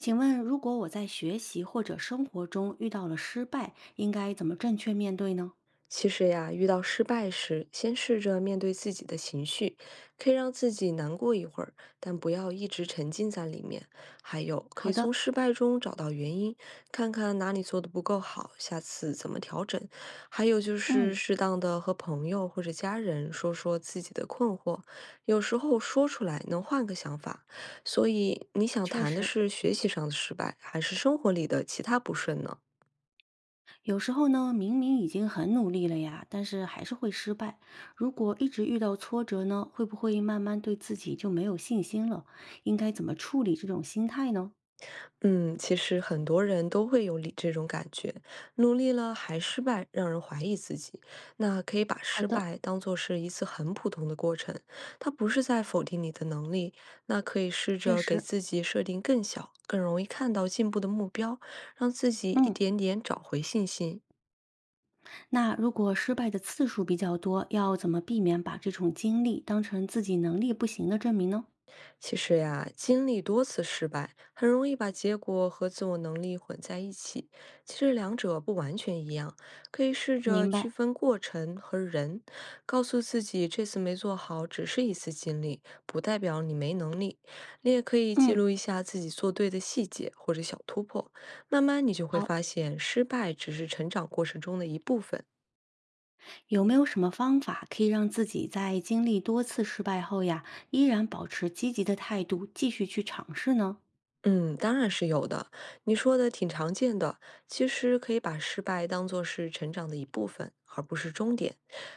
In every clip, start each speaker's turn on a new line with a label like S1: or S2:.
S1: 请问，如果我在学习或者生活中遇到了失败，应该怎么正确面对呢？
S2: 其实呀，遇到失败时，先试着面对自己的情绪，可以让自己难过一会儿，但不要一直沉浸在里面。还有，可
S1: 好
S2: 以
S1: 的，
S2: 从失败中找到原因，看看哪里做的不够好，下次怎么调整。还有就是，
S1: 嗯，
S2: 适当的和朋友或者家人说说自己的困惑，有时候说出来能换个想法。所以，你想
S1: 确
S2: 谈的
S1: 实，
S2: 是学习上的失败，还是生活里的其他不顺呢？
S1: 有时候呢，明明已经很努力了呀，但是还是会失败。如果一直遇到挫折呢，会不会慢慢对自己就没有信心了？应该怎么处理这种心态呢？
S2: 嗯，其实很多人都会有理这种感觉，努力了还失败，让人怀疑自己。那可以把
S1: 好
S2: 失
S1: 的，
S2: 败当做是一次很普通的过程，它不是在否定你的能力。那可以试
S1: 确
S2: 着给
S1: 实。
S2: 自己设定更小、更容易看到进步的目标，让自己一
S1: 嗯，
S2: 点点找回信心。
S1: 那如果失败的次数比较多，要怎么避免把这种经历当成自己能力不行的证明呢？
S2: 其实呀，经历多次失败，很容易把结果和自我能力混在一起。其实两者不完全一样，可以试着
S1: 明白。
S2: 区分过程和人，告诉自己这次没做好只是一次经历，不代表你没能力。你也可以记
S1: 嗯，
S2: 录一下自己做对的细节或者小突破，慢慢你就会
S1: 好。
S2: 发现，失败只是成长过程中的一部分。
S1: 有没有什么方法可以让自己在经历多次失败后呀，依然保持积极的态度，继续去尝试呢？
S2: 嗯，当然是有的。你说的挺常见的，其实可以把失败当作是成长的一部分，而不是终点。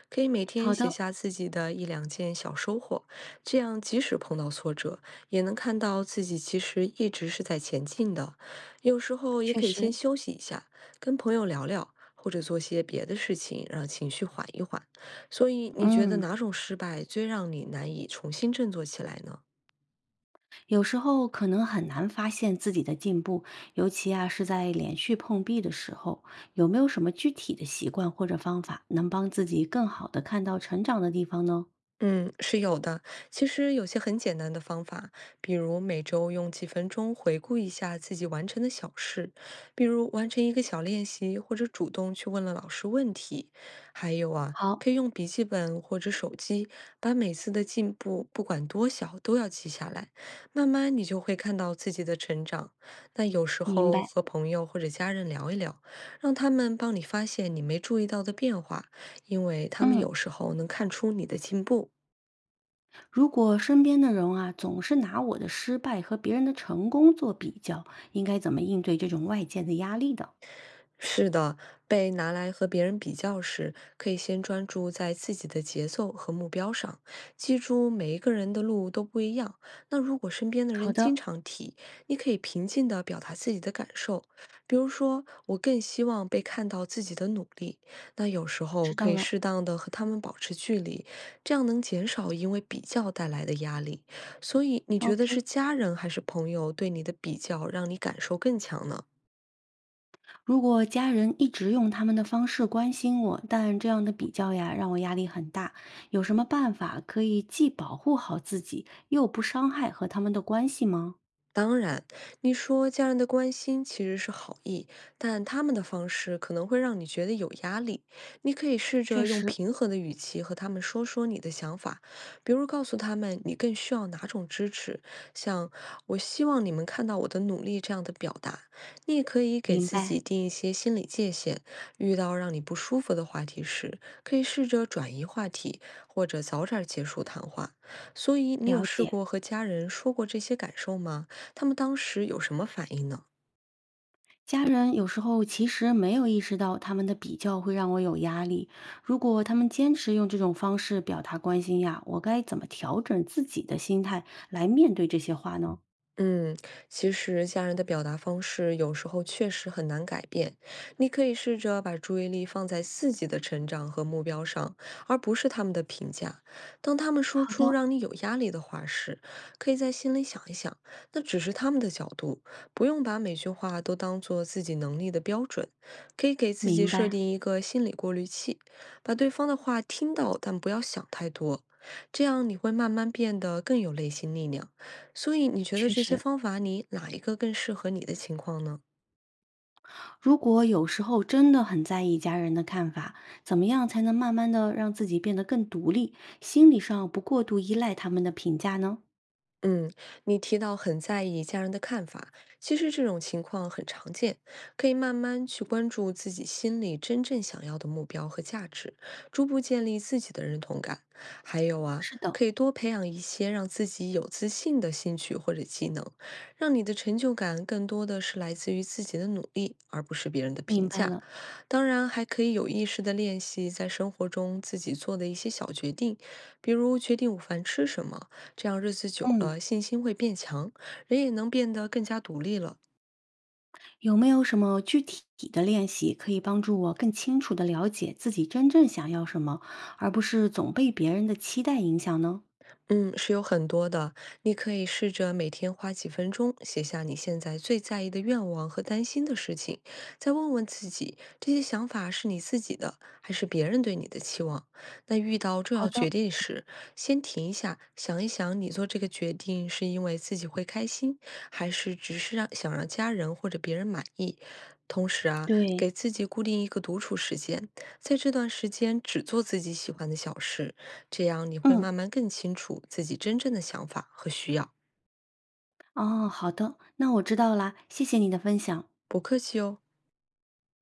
S2: 可以每天
S1: 好
S2: 写
S1: 的，
S2: 下自己的一两件小收获，这样即使碰到挫折，也能看到自己其实一直是在前进的。有时候也
S1: 确
S2: 可以先
S1: 实，
S2: 休息一下，跟朋友聊聊，或者做些别的事情，让情绪缓一缓。所以，你觉得
S1: 嗯，
S2: 哪种失败最让你难以重新振作起来呢？
S1: 有时候可能很难发现自己的进步，尤其啊是在连续碰壁的时候，有没有什么具体的习惯或者方法能帮自己更好的看到成长的地方呢？
S2: 嗯，是有的。其实有些很简单的方法，比如每周用几分钟回顾一下自己完成的小事，比如完成一个小练习，或者主动去问了老师问题。还有啊，
S1: 好，
S2: 可以用笔记本或者手机，把每次的进步，不管多小，都要记下来。慢慢你就会看到自己的成长。那有时
S1: 明
S2: 候
S1: 白。
S2: 和朋友或者家人聊一聊，让他们帮你发现你没注意到的变化，因为他们
S1: 嗯。
S2: 有时候能看出你的进步。
S1: 如果身边的人啊，总是拿我的失败和别人的成功做比较，应该怎么应对这种外界的压力的？
S2: 是的，被拿来和别人比较时，可以先专注在自己的节奏和目标上，记住每一个人的路都不一样。那如果身边的
S1: 好
S2: 人
S1: 的，
S2: 经常提，你可以平静地表达自己的感受，比如说，我更希望被看到自己的努力。那有时
S1: 知
S2: 候可
S1: 道
S2: 以
S1: 了。
S2: 适当的和他们保持距离，这样能减少因为比较带来的压力。所以，你觉
S1: OK，
S2: 得是家人还是朋友对你的比较让你感受更强呢？
S1: 如果家人一直用他们的方式关心我，但这样的比较呀，让我压力很大。有什么办法可以既保护好自己，又不伤害和他们的关系吗？
S2: 当然，你说家人的关心其实是好意，但他们的方式可能会让你觉得有压力。你可以试
S1: 确
S2: 着用
S1: 实，
S2: 平和的语气和他们说说你的想法，比如告诉他们你更需要哪种支持，像“我希望你们看到我的努力”这样的表达。你也可以给
S1: 明
S2: 自
S1: 白，
S2: 己定一些心理界限，遇到让你不舒服的话题时，可以试着转移话题，或者早点结束谈话。所以，你有
S1: 了
S2: 试
S1: 解。
S2: 过和家人说过这些感受吗？他们当时有什么反应呢？
S1: 家人有时候其实没有意识到他们的比较会让我有压力。如果他们坚持用这种方式表达关心呀，我该怎么调整自己的心态来面对这些话呢？
S2: 嗯，其实家人的表达方式有时候确实很难改变。你可以试着把注意力放在自己的成长和目标上，而不是他们的评价。当他们说
S1: 好
S2: 出
S1: 的，
S2: 让你有压力的话时，可以在心里想一想，那只是他们的角度，不用把每句话都当做自己能力的标准。可以给自己
S1: 明
S2: 设
S1: 白。
S2: 定一个心理过滤器，把对方的话听到，但不要想太多。这样你会慢慢变得更有内心力量。所以你觉得
S1: 确
S2: 这些
S1: 实，
S2: 方法里哪一个更适合你的情况呢？
S1: 如果有时候真的很在意家人的看法，怎么样才能慢慢的让自己变得更独立，心理上不过度依赖他们的评价呢？
S2: 嗯，你提到很在意家人的看法，其实这种情况很常见，可以慢慢去关注自己心里真正想要的目标和价值，逐步建立自己的认同感。还有啊，
S1: 是的，
S2: 可以多培养一些让自己有自信的兴趣或者技能，让你的成就感更多的是来自于自己的努力，而不是别人的
S1: 明
S2: 评
S1: 白
S2: 价。
S1: 了。
S2: 当然，还可以有意识的练习在生活中自己做的一些小决定，比如决定午饭吃什么。这样日子久
S1: 嗯。
S2: 了，信心会变强，人也能变得更加独立了。
S1: 有没有什么具体的练习可以帮助我更清楚地了解自己真正想要什么，而不是总被别人的期待影响呢？
S2: 嗯，是有很多的。你可以试着每天花几分钟写下你现在最在意的愿望和担心的事情，再问问自己，这些想法是你自己的，还是别人对你的期望？那遇到重
S1: 好
S2: 要
S1: 的，
S2: 决定时，先停一下，想一想，你做这个决定是因为自己会开心，还是只是让想让家人或者别人满意？同时啊，
S1: 对，
S2: 给自己固定一个独处时间，在这段时间只做自己喜欢的小事，这样你会
S1: 嗯，
S2: 慢慢更清楚自己真正的想法和需要，
S1: 哦，好的，那我知道啦，谢谢你的分享。
S2: 不客气哦。